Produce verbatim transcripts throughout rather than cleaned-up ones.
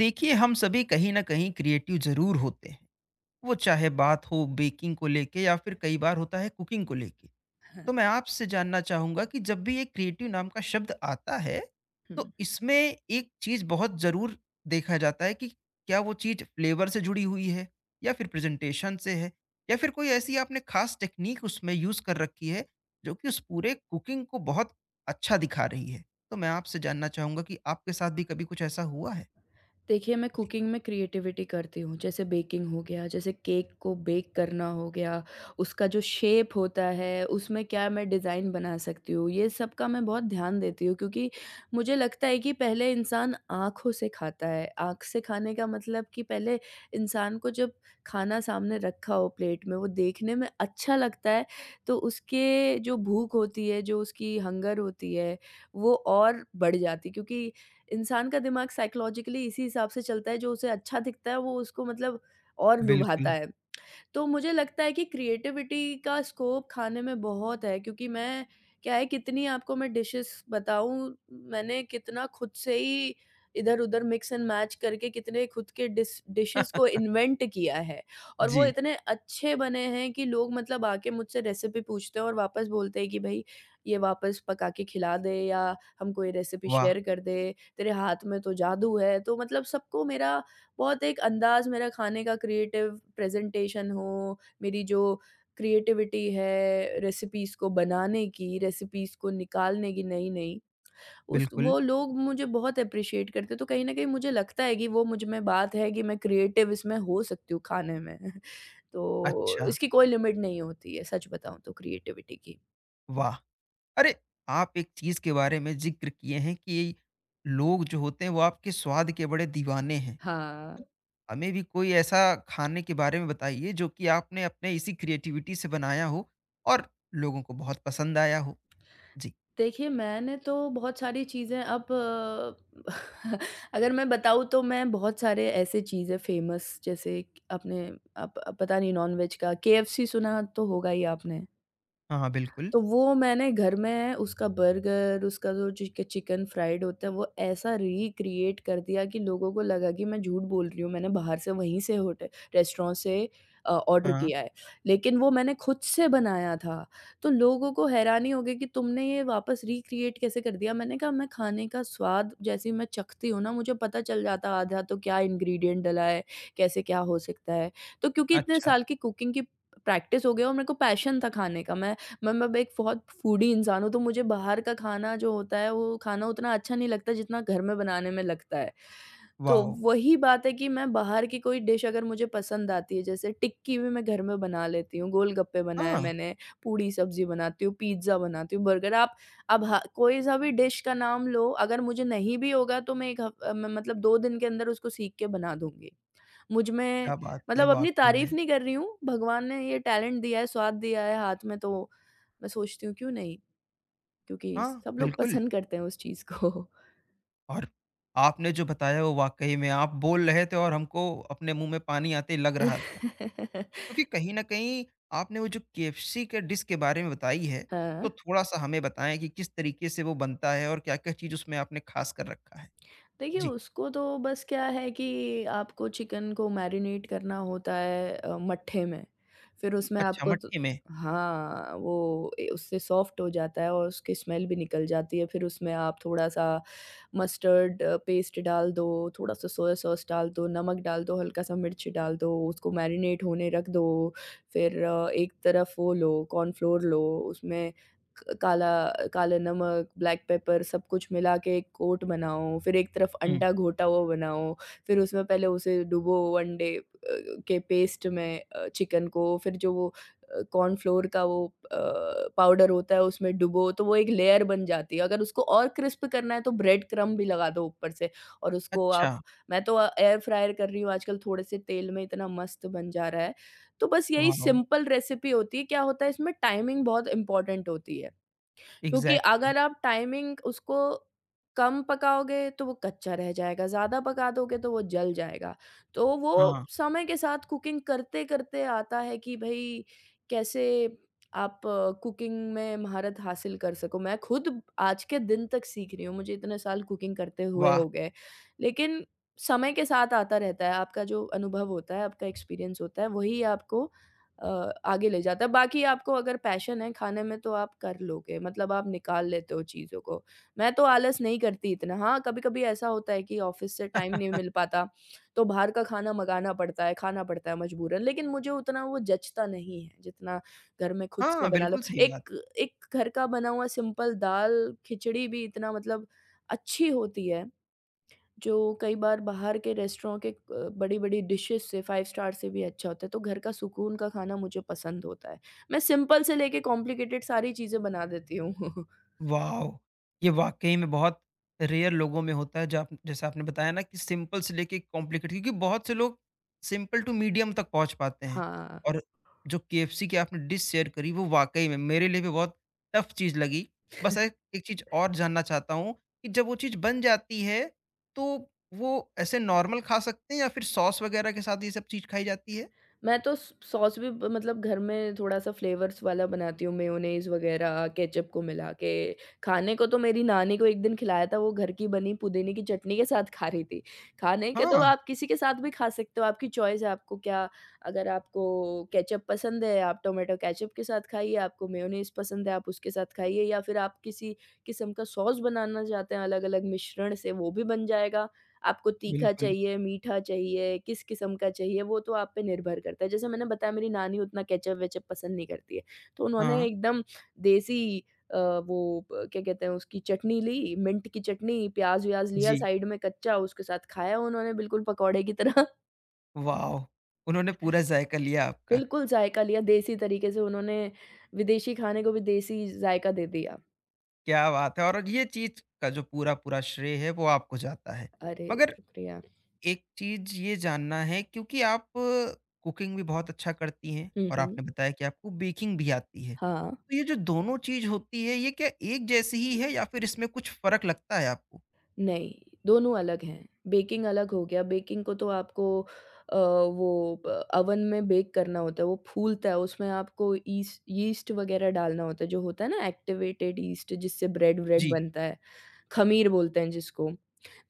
देखिए, हम सभी कहीं ना कहीं क्रिएटिव जरूर होते हैं। वो चाहे बात हो बेकिंग को लेके या फिर कई बार होता है कुकिंग को लेके। हाँ, तो मैं आपसे जानना चाहूंगा कि जब भी ये क्रिएटिव नाम का शब्द आता है तो हुँ। इसमें एक चीज बहुत जरूर देखा जाता है कि क्या वो चीज फ्लेवर से जुड़ी हुई है या फिर प्रेजेंटेशन से है या फिर कोई ऐसी आपने खास टेक्निक उसमें यूज कर रखी है जो कि उस पूरे कुकिंग को बहुत अच्छा दिखा रही है। तो मैं आपसे जानना चाहूंगा कि आपके साथ भी कभी कुछ ऐसा हुआ है? देखिए, मैं कुकिंग में क्रिएटिविटी करती हूँ, जैसे बेकिंग हो गया, जैसे केक को बेक करना हो गया, उसका जो शेप होता है, उसमें क्या मैं डिज़ाइन बना सकती हूँ, ये सब का मैं बहुत ध्यान देती हूँ क्योंकि मुझे लगता है कि पहले इंसान आँखों से खाता है। आँख से खाने का मतलब कि पहले इंसान को जब खाना सामने रखा हो प्लेट में, वो देखने में अच्छा लगता है, तो उसके जो भूख होती है, जो उसकी हंगर होती है, वो और बढ़ जाती है क्योंकि इंसान का दिमाग साइकोलॉजिकली इसी हिसाब से चलता है, जो उसे अच्छा दिखता है वो उसको मतलब और लुभाता बिल्कुल। है। तो मुझे लगता है कि क्रिएटिविटी का स्कोप खाने में बहुत है क्योंकि मैं क्या है कितनी आपको मैं डिशेस बताऊँ, मैंने कितना खुद से ही इधर-उधर मिक्स एंड मैच करके कितने खुद के डिस डिशेस को इन्वेंट किया है। और वो जी। इतने अच्छे बने हैं कि लोग मतलब आके मुझसे रेसिपी पूछते हैं और वापस बोलते हैं कि भई ये वापस पका के खिला दे या हमको ये रेसिपी वाह! शेयर कर दे, तेरे हाथ में तो जादू है। तो मतलब सबको मेरा बहुत एक अंदाज़ मेरा खाने का क्रिएटिव प्रेज़ेंटेशन हो, मेरी जो क्रिएटिविटी है रेसिपीज़ को बनाने की, रेसिपीज़ को निकालने की नई-नई, उस बिल्कुल। वो लोग मुझे बहुत एप्रिशिएट करते हैं, तो कहीं न कहीं मुझे लगता है कि वो मुझ में बात है कि मैं क्रिएटिव इसमें हो सकती हूँ खाने में। तो अच्छा। इसकी कोई लिमिट नहीं होती है, सच बताऊँ तो क्रिएटिविटी की। वाह! अरे, आप एक चीज़ के बारे में ज़िक्र किए हैं कि लोग जो होते हैं वो आपके स्वाद के बड़े दीवाने हैं। हाँ। तो हमें भी कोई ऐसा खाने के बारे में बताइए जो कि आपने अपने इसी क्रिएटिविटी से बनाया हो और लोगों को बहुत पसंद आया हो? जी। देखिए, मैंने तो बहुत सारी चीज़ें अब अ, अगर मैं बताऊँ तो मैं बहुत सारे ऐसे चीज़ें फ़ेमस जैसे क आपने आप आप पता नहीं नॉन-वेज का केएफसी सुना तो होगा ही आपने। हाँ, हाँ, बिल्कुल। तो वो मैंने घर में उसका बर्गर, उसका जो चिक चिकन फ्राइड होता है, वो ऐसा रिक्रिएट कर दिया कि लोगों को लगा कि मैं झूठ बोल रही हूँ, मैंने बाहर से वहीं से होटल रेस्टोरेंट से अ, ऑर्डर हाँ। किया है। लेकिन वो मैंने खुद से बनाया था, तो लोगों को हैरानी हो गई कि तुमने ये वापस रिक्रिएट कैसे कर दिया? मैंने कहा मैं खाने का स्वाद जैसे ही मैं चखती हूँ ना, मुझे पता चल जाता है आधा तो क्या इंग्रीडिएंट डला है, कैसे क्या हो सकता है। तो क्योंकि इतने अच्छा। साल की कुकिंग की प्रैक्टिस हो गई है और मेरे को पैशन था खाने का, मैं मैं मैं एक बहुत फूडी इंसान हूँ, तो मुझे बाहर का खाना जो होता है, वो खाना उतना अच्छा नहीं लगता जितना घर में बनाने में लगता है। तो वाओ! वही बात है कि मैं बाहर की कोई डिश अगर मुझे पसंद आती है, जैसे टिक्की भी मैं घर में बना लेती हूँ, गोलगप्पे बनाए हाँ, मैंने, पूड़ी सब्ज़ी बनाती हूँ, पिज़्ज़ा बनाती हूँ, बर्गर आप अब ह कोई-सा भी डिश का नाम लो, अगर मुझे नहीं भी होगा तो मैं एक हफ़ अ, म मतलब दो दिन के अंदर उसको सीख के बना दूँगी। मुझ में क्या बात है मतलब अपनी वाक़ई में। तारीफ़ नहीं कर रही हूँ, भगवान ने ये टैलेंट दिया है, स्वाद दिया है हाथ में तो मैं सोचती हूँ क्यों नहीं? क्योंकि हाँ, सब लोग बिल्कुल। पसंद करते हैं उस चीज़ को। और आपने जो बताया वो वाक़ई में आप बोल रहे थे और हमको अपने मुँह में पानी आते ही लग रहा था। क्योंकि कहीं न कहीं आपने वो जो केएफसी के डिश के बारे में बताई है, हाँ। तो थोड़ा-सा हमें बताएँ कि किस तरीके से वो बनता है और क्या-क्या चीज़ उसमें आपने ख़ास कर रखा है? देखिए, जी। उसको तो बस क्या है कि आपको चिकन को मैरिनेट करना होता है अ, मट्ठे में। फिर उसमें अच्छा, आपको तो मट्ठी में। हाँ, वो ए, उससे सॉफ्ट हो जाता है और उसकी स्मेल भी निकल जाती है। फिर उसमें आप थोड़ा-सा मस्टर्ड पेस्ट डाल दो, थोड़ा-सा सोया सॉस डाल दो, नमक डाल दो, हल्का-सा मिर्च डाल दो, उसको मैरिनेट होने रख दो। फिर अ, एक तरफ वो लो, कॉर्नफ्लोर लो, उसमें क- काला काला नमक, ब्लैक पेपर सब कुछ मिला के एक कोट बनाओ, फिर एक तरफ हुँ। अंडा घोटा हुआ बनाओ, फिर उसमें पहले उसे डुबो अंडे अ, के पेस्ट में अ, चिकन को, फिर जो वो अ, कॉर्नफ्लोर का वो अ, पाउडर होता है उसमें डुबो, तो वो एक लेयर बन जाती है। अगर उसको और क्रिस्प करना है तो ब्रेड क्रम्ब भी लगा दो ऊपर से और उसको आप अच्छा। मैं तो अ, एयर फ्रायर कर रही हूँ आजकल थोड़े से तेल में इतना मस्त बन जा रहा है। तो बस यही वाओ! सिंपल रेसिपी होती है, क्या होता है इसमें टाइमिंग बहुत इम्पोर्टेंट होती है। क्योंकि एग्ज़ैक्टली। अगर आप टाइमिंग उसको कम पकाओगे तो वो कच्चा रह जाएगा, ज़्यादा पका दोगे तो वो जल जाएगा। तो हाँ, वो समय के साथ कुकिंग करते-करते आता है कि भई कैसे आप कुकिंग में महारत हासिल कर सको। मैं खुद आज के दिन तक सीख रही हूँ, मुझे इतने साल कुकिंग करते हुए वाह! हो गए। लेकिन समय के साथ आता रहता है, आपका जो अनुभव होता है, आपका एक्सपीरियंस होता है, वही आपको अ, आगे ले जाता है। बाकी आपको अगर पैशन है खाने में तो आप कर लोगे, मतलब आप निकाल लेते हो चीज़ों को। मैं तो आलस नहीं करती इतना, हाँ, कभी-कभी ऐसा होता है कि ऑफ़िस से टाइम नहीं मिल पाता, तो बाहर का खाना मँगाना पड़ता है, खाना पड़ता है मजबूरन, लेकिन मुझे उतना वो जचता नहीं है, जितना घर में खुद से हाँ, बना लो। बिल्कुल सही बात। एक एक घर का बना हुआ सिंपल दाल, खिचड़ी भी इतना मतलब अच्छी होती है। जो कई बार बाहर के रेस्टोरेंट के अ, बड़ी-बड़ी डिशेज़ से पाँच स्टार से भी अच्छा होता है, तो घर का सुकून का खाना मुझे पसंद होता है। मैं सिंपल से लेके कॉम्प्लिकेटेड सारी चीज़ें बना देती हूँ। वॉव! ये वाक़ई में बहुत रेयर लोगों में होता है, जो आप जैसे आपने बताया ना कि सिंपल से लेके कॉम्प्लिकेटेड, क्योंकि बहुत से लोग सिंपल टू मीडियम तक पहुँच पाते हैं। हाँ। और जो केएफसी की आपने डिश शेयर करी वो वाक़ई में मेरे लिए भी बहुत टफ़ चीज़ लगी। बस एक एक चीज़ और जानना चाहता हूँ कि जब वो चीज़ बन जाती है, तो वो ऐसे नॉर्मल खा सकते हैं या फिर सॉस वग़ैरह के साथ ये सब चीज़ खाई जाती है? मैं तो स सॉस भी ब मतलब घर में थोड़ा-सा फ्लेवर्स वाला बनाती हूँ, मेयोनेज़ वग़ैरह, केचअप को मिला के। खाने को तो मेरी नानी को एक दिन खिलाया था, वो घर की बनी पुदीने की चटनी के साथ खा रही थी। खाने के तो हाँ, आप किसी के साथ भी खा सकते हो, आपकी चॉइस है आपको क्या अगर आपको केचअप पसंद है, आप टोमेटो केचअप के साथ खाइए, आपको मेयोनेज़ पसंद है, आप उसके साथ खाइए या फिर आप किसी किस्म का सॉस बनाना चाहते हैं अलग-अलग मिश्रण से, वो भी बन जाएगा। आपको तीखा बिल्कुल। चाहिए, मीठा चाहिए, किस किस्म का चाहिए, वो तो आप पे निर्भर करता है। जैसे मैंने बताया मेरी नानी उतना केचअप-वेचअप पसंद नहीं करती है, तो उन्होंने हाँ, एकदम देसी अ, वो प क्या कहते हैं उसकी चटनी ली, मिंट की चटनी, प्याज़-व्याज़ लिया जी। साइड में कच्चा, उसके साथ खाया उन्होंने बिल्कुल पकौड़े की तरह। वॉव! उन्होंने पूरा ज़ायका लिया आपका। बिल्कुल ज़ायका लिया, देसी तरीके से उन्होंने विदेशी खाने को भी देसी ज़ायका दे दिया। क्या बात है! और ये चीज़ का जो पूरा-पूरा श्रेय है वो आपको जाता है। अरे! मगर शुक्रिया। एक चीज़ ये जानना है, क्योंकि आप कुकिंग भी बहुत अच्छा करती हैं हुँ, और हुँ। आपने बताया कि आपको बेकिंग भी आती है। हाँ। तो ये जो दोनों चीज़ होती है ये क्या एक जैसी ही है या फिर इसमें कुछ फ़र्क लगता है आपको? नहीं, दोनों अलग हैं। बेकिंग अलग हो गया, बेकिंग को तो आपको अ, वो ब ओवन में बेक करना होता है, वो फूलता है, उसमें आपको ईस्ट यीस्ट वगैरह डालना होता है, जो होता है ना एक्टिवेटेड यीस्ट जिससे ब्रेड-व्रेड जी। बनता है। ख़मीर बोलते हैं जिसको,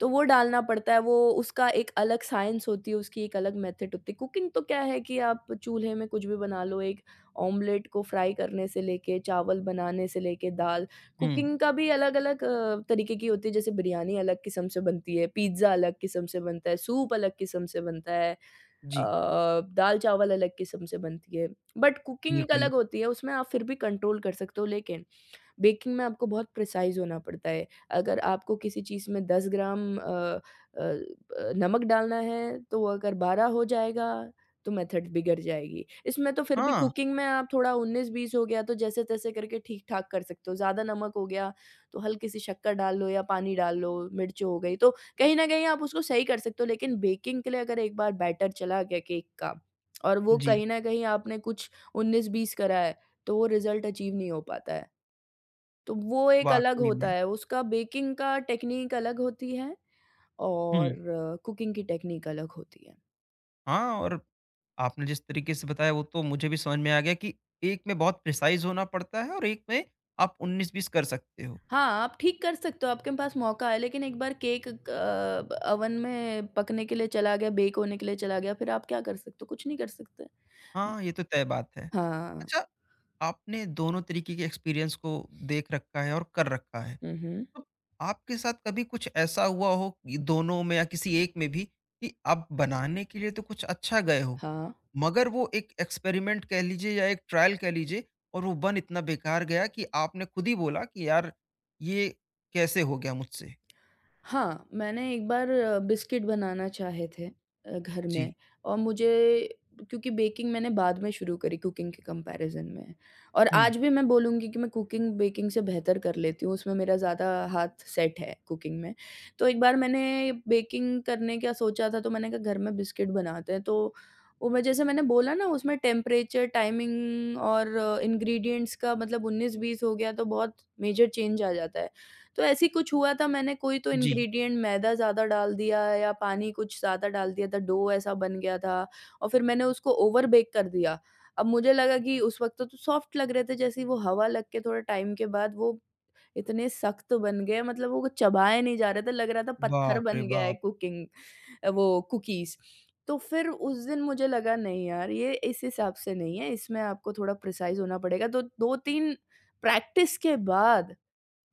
तो वो डालना पड़ता है, वो उसका एक अलग साइंस होती है, उसकी एक अलग मेथड होती है। कुकिंग तो क्या है कि आप चूल्हे में कुछ भी बना लो, एक ऑमलेट को फ्राई करने से लेके, चावल बनाने से लेके, दाल। हुँ। कुकिंग का भी अलग-अलग अ, तरीके की होती है, जैसे बिरयानी अलग किस्म से बनती है, पिज़्ज़ा अलग किस्म से बनता है, सूप अलग किस्म से बनता है अ, जी। दाल-चावल अलग किस्म से बनती है। बट कुकिंग एक बिल्कुल। अलग होती है, उसमें आप फिर भी कंट्रोल कर सकते हो लेकिन बेकिंग में आपको बहुत प्रिसाइज़ होना पड़ता है। अगर आपको किसी चीज़ में दस ग्राम अ अ अ, नमक डालना है, तो वो अगर बारह हो जाएगा, तो मेथड बिगड़ जाएगी। इसमें तो फिर भी हाँ। कुकिंग में आप थोड़ा उन्नीस-बीस हो गया, तो जैसे-तैसे करके ठीक-ठाक कर सकते हो। ज़्यादा नमक हो गया, तो हल्की सी शक्कर डाल लो या पानी डाल लो, मिर्च हो गई, तो कहीं न कहीं आप उसको सही कर सकते हो। लेकिन बेकिंग के लिए अगर एक बार बैटर चला गया केक का और वो जी। कहीं न कहीं आपने कुछ उन्नीस-बीस करा है, तो वो रिज़ल्ट अचीव नहीं हो पाता है। तो वो एक अलग वाक़ई होता में। है, उसका बेकिंग का टेक्नीक अलग होती है और हुँ। कुकिंग की टेक्नीक अलग होती है। हाँ, और आपने जिस तरीके से बताया वो तो मुझे भी समझ में आ गया कि एक में बहुत प्रिसाइज़ होना पड़ता है और एक में आप उन्नीस बीस कर सकते हो। हाँ, आप ठीक कर सकते हो, आपके पास मौका है, लेकिन एक बार केक क अवन में पकने के लिए चला गया, बेक होने के लिए चला गया, फिर आप क्या कर सकते हो? कुछ नहीं कर सकते। हाँ, ये तो तय बात है। हाँ। अच्छा, आपने दोनों तरीके के एक्सपीरियंस को देख रखा है और कर रखा है। हुँ, हुँ। तो आपके साथ कभी कुछ ऐसा हुआ हो कि दोनों में या किसी एक में भी, कि आप बनाने के लिए तो कुछ अच्छा गए हो, हाँ। मगर वो एक एक्सपेरिमेंट कह लीजिए या एक ट्रायल कह लीजिए, और वो बन इतना बेकार गया कि आपने खुद ही बोला कि यार ये कैसे हो गया मुझसे? हाँ, मैंने एक बार अ, बिस्किट बनाना चाहे थे, अ, घर में। जी। और मुझे क्योंकि बेकिंग मैंने बाद में शुरू करी कुकिंग के कंपैरिज़न में। और हम्म। आज भी मैं बोलूँगी कि मैं कुकिंग बेकिंग से बेहतर कर लेती हूँ, उसमें मेरा ज़्यादा हाथ सेट है कुकिंग में। तो एक बार मैंने बेकिंग करने का सोचा था, तो मैंने कहा घर में बिस्किट बनाते हैं। तो वो मैं जैसे मैंने बोला ना उसमें टेम्परेचर, टाइमिंग और इंग्रीडिएंट्स का मतलब उन्नीस बीस हो गया तो बहुत मेजर चेंज आ जाता है। तो ऐसे ही कुछ हुआ था, मैंने कोई तो जी। इंग्रेडिएंट मैदा ज़्यादा डाल दिया या पानी कुछ ज़्यादा डाल दिया था, डो ऐसा बन गया था। और फिर मैंने उसको ओवर बेक कर दिया। अब मुझे लगा कि उस वक़्त तो सॉफ्ट लग रहे थे, जैसे ही वो हवा लग के थोड़े टाइम के बाद वो इतने सख्त बन गए, मतलब वो चबाए नहीं जा रहे थे, लग रहा था पत्थर बाप रे बन गया है, बाप। कुकिंग अ, वो कुकीज़। तो फिर उस दिन मुझे लगा नहीं यार ये इस हिसाब से नहीं है, इसमें आपको थोड़ा प्रिसाइज़ होना पड़ेगा। तो दो तीन प्रैक्टिस के बाद,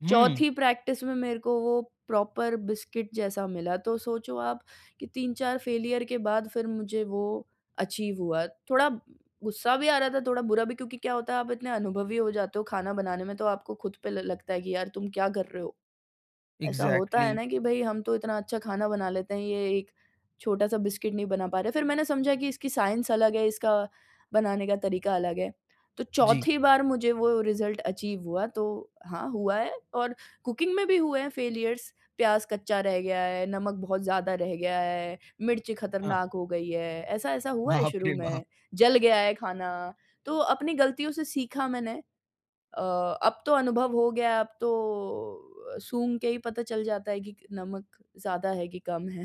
हम्म। चौथी प्रैक्टिस में मेरे को वो प्रॉपर बिस्किट जैसा मिला। तो सोचो आप कि तीन चार फेलियर के बाद फिर मुझे वो अचीव हुआ। थोड़ा गुस्सा भी आ रहा था, थोड़ा बुरा भी, क्योंकि क्या होता है आप इतने अनुभवी हो जाते हो खाना बनाने में, तो आपको खुद पे ल लगता है कि यार तुम क्या कर रहे हो? ऐसा होता है एग्जैक्टली। ना कि भई हम तो इतना अच्छा खाना बना लेते हैं, ये एक छोटा-सा बिस्किट नहीं बना पा रहे। फिर मैंने समझा कि इसकी साइंस अलग है, इसका बनाने का तरीका अलग है। तो जी। चौथी बार मुझे वो रिज़ल्ट अचीव हुआ तो। हाँ, हुआ है। और कुकिंग में भी हुए हैं फेलियर्स। प्याज़ कच्चा रह गया है, नमक बहुत ज़्यादा रह गया है, मिर्च हाँ। खतरनाक हो गई है, ऐसा-ऐसा हुआ है बाप रे शुरू बाप। में। जल गया है खाना, तो अपनी गलतियों से सीखा मैंने। अ, अब तो अनुभव हो गया है, अब तो सूंघ के ही पता चल जाता है कि नमक ज़्यादा है कि कम है।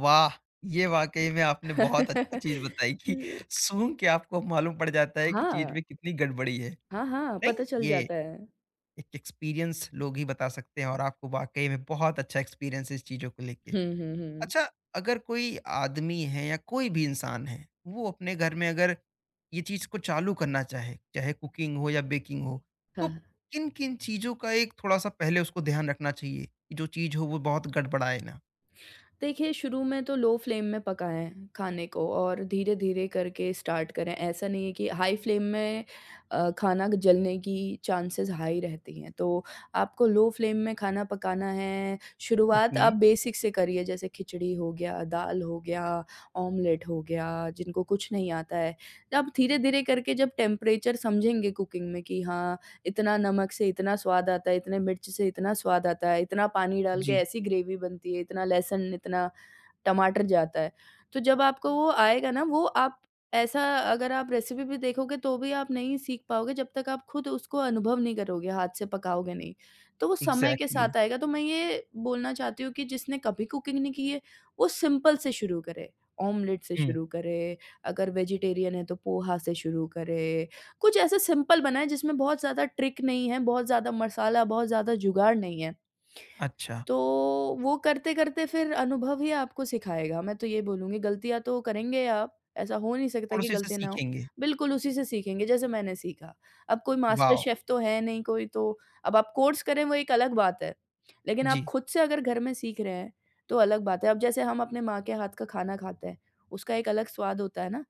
वाह! ये वाकई में आपने बहुत अच्छा चीज बताई कि सूंघ के आपको मालूम पड़ जाता है कि हाँ, चीज में कितनी गड़बड़ी है। हाँ, हाँ, पता नहीं, चल ये जाता है। एक एक्सपीरियंस लोग ही बता सकते हैं और आपको वाक़ई में बहुत अच्छा एक्सपीरियंस है इस चीज़ों को लेके। हुँ, हुँ, हुँ। अच्छा, अगर कोई आदमी है या कोई भी इंसान है, वो अपने घर में अगर ये चीज़ को चालू करना चाहे, चाहे कुकिंग हो या बेकिंग हो, हाँ, तो हाँ। किन-किन चीज़ों का एक थोड़ा-सा पहले उसको ध्यान रखना चाहिए कि जो चीज़ हो वो बहुत गड़बड़ाए ना? देखिए, शुरू में तो लो फ्लेम में पकाएँ खाने को, और धीरे-धीरे करके स्टार्ट करें। ऐसा नहीं है कि हाई फ्लेम में, अ, खाना जलने की चांसेस हाई रहती हैं। तो आपको लो फ्लेम में खाना पकाना है। शुरुआत ओके। आप बेसिक से करिए, जैसे खिचड़ी हो गया, दाल हो गया, ऑमलेट हो गया, जिनको कुछ नहीं आता है। आप धीरे-धीरे करके जब टेम्परेचर समझेंगे कुकिंग में कि हाँ इतना नमक से इतना स्वाद आता है, इतने मिर्च से इतना स्वाद आता है, इतना पानी डाल के जी। ऐसी ग्रेवी बनती है, इतना लहसुन, इतना टमाटर जाता है। तो जब आपको वो आएगा ना वो आप ऐसा, अगर आप रेसिपी भी देखोगे तो भी आप नहीं सीख पाओगे जब तक आप खुद उसको अनुभव नहीं करोगे, हाथ से पकाओगे नहीं। तो वो समय के एग्ज़ैक्टली। साथ आएगा, तो मैं ये बोलना चाहती हूँ कि जिसने कभी कुकिंग नहीं की है, वो सिंपल से शुरू करे। ऑमलेट से हुँ। शुरू करे, अगर वेजिटेरियन है तो पोहा से शुरू करे। कुछ ऐसा सिंपल बनाएँ जिसमें बहुत ज़्यादा ट्रिक नहीं है, बहुत ज़्यादा मसाला, बहुत ज़्यादा जुगाड़ नहीं है। अच्छा। तो वो करते-करते फिर अनुभव ही आपको सिखाएगा, मैं तो ये बोलूँगी गलतियाँ तो करेंगे आप, ऐसा हो नहीं सकता और कि उसी से गलतियाँ ना हो। सीखेंगे। बिल्कुल उसी से सीखेंगे जैसे मैंने सीखा, अब कोई मास्टर वॉव! शेफ़ तो है नहीं कोई तो। अब आप कोर्स करें वो एक अलग बात है, लेकिन आप जी, खुद से अगर घर में सीख रहे हैं, तो अलग बात है। अब जैसे हम अपने माँ के हाथ का खाना खाते हैं, उसका एक अलग स्वाद होता है ना,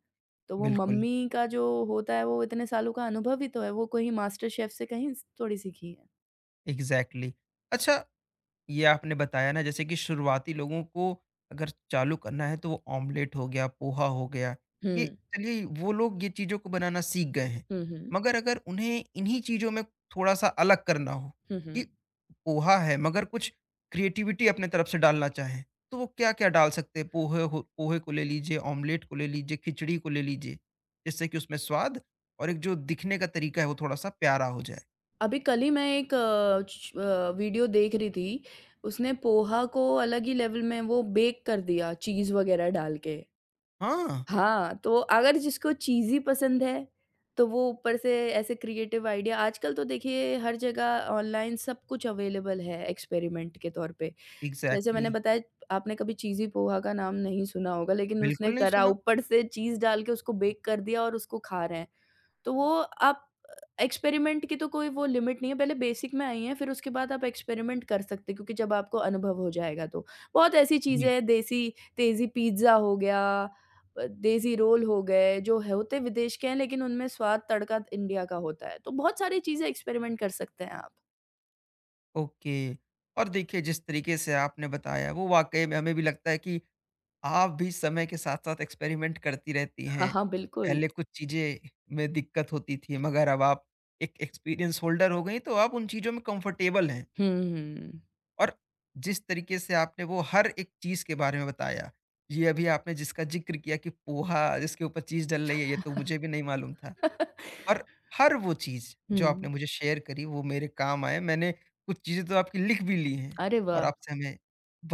तो वो बिल्कुल। मम्मी का जो होता है वो इतने सालों का अनुभव ही तो है, वो कोई मास्टर शेफ़ से कहीं स थोड़ी सीखी है। एग्ज़ैक्टली। अच्छा, ये आपने बताया ना जैसे कि शुरुआती लोगों को अगर चालू करना है तो वो ऑमलेट हो गया, पोहा हो गया। ये हुँ। चलिए, वो लोग ये चीज़ों को बनाना सीख गए हैं, हुँ, हुँ। मगर अगर उन्हें इन्हीं चीज़ों में थोड़ा सा अलग करना हो हुँ, कि हुँ। पोहा है मगर कुछ क्रिएटिविटी अपने तरफ से डालना चाहें, तो वो क्या क्या डाल सकते हैं? पोहे हो पोहे को ले लीजिए, ऑमलेट को ले लीजिए, खिचड़ी को ले लीजिए, जिससे कि उसमें स्वाद और एक जो दिखने का तरीका है वो थोड़ा सा प्यारा हो जाए। अभी कल ही मैं एक अ, च अ, वीडियो देख रही थी, उसने पोहा को अलग ही लेवल में वो बेक कर दिया चीज़ वग़ैरह डाल के। हाँ, हाँ, तो अगर जिसको चीज़ी पसंद है, तो वो ऊपर से ऐसे क्रिएटिव आइडिया, आजकल तो देखिए हर जगह ऑनलाइन सब कुछ अवेलेबल है एक्सपेरिमेंट के तौर पे। जैसे एग्जैक्टली मैंने exactly. बताया, आपने कभी चीज़ी पोहा का नाम नहीं सुना होगा, लेकिन बिल्कुल उसने नहीं करा सुना। ऊपर से चीज़ डाल के उसको बेक कर दिया और उसको खा रहे हैं। तो वो आप, एक्सपेरिमेंट की तो कोई वो लिमिट नहीं है, पहले बेसिक में आई हैं, फिर उसके बाद आप एक्सपेरिमेंट कर सकते हैं क्योंकि जब आपको अनुभव हो जाएगा तो। बहुत ऐसी चीज़ें जी। हैं देसी, देसी पिज़्ज़ा हो गया, अ, देसी रोल हो गए, जो है- होते विदेश के हैं लेकिन उनमें स्वाद तड़का इंडिया का होता है। तो बहुत सारी चीज़ें एक्सपेरिमेंट कर सकते हैं आप। ओके। और देखिए जिस तरीके से आपने बताया वो वाक़ई में हमें भी लगता है कि आप भी समय के साथ-साथ एक्सपेरिमेंट करती रहती हाँ, हैं। हाँ, बिल्कुल। पहले कुछ चीज़ें में दिक्कत होती थी मगर अब आप एक एक्सपीरियंस होल्डर हो गई तो आप उन चीज़ों में कंफर्टेबल हैं। हुँ। और जिस तरीके से आपने वो हर एक चीज़ के बारे में बताया, ये अभी आपने जिसका ज़िक्र किया कि पोहा जिसके ऊपर चीज़ डल रही है, ये तो मुझे भी नहीं मालूम था। और हर वो चीज़ जो आपने हुँ। मुझे शेयर करी वो मेरे काम आए। मैंने कुछ चीज़ें तो आपकी लिख भी ली हैं अरे और वाह! आपसे हमें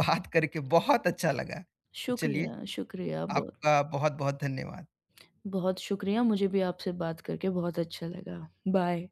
बात करके बहुत अच्छा लगा। तो चलिए, शुक्रिया, शुक्रिया बहुत, आपका बहुत-बहुत धन्यवाद। बहुत शुक्रिया। मुझे भी आपसे बात करके बहुत अच्छा लगा। बाय।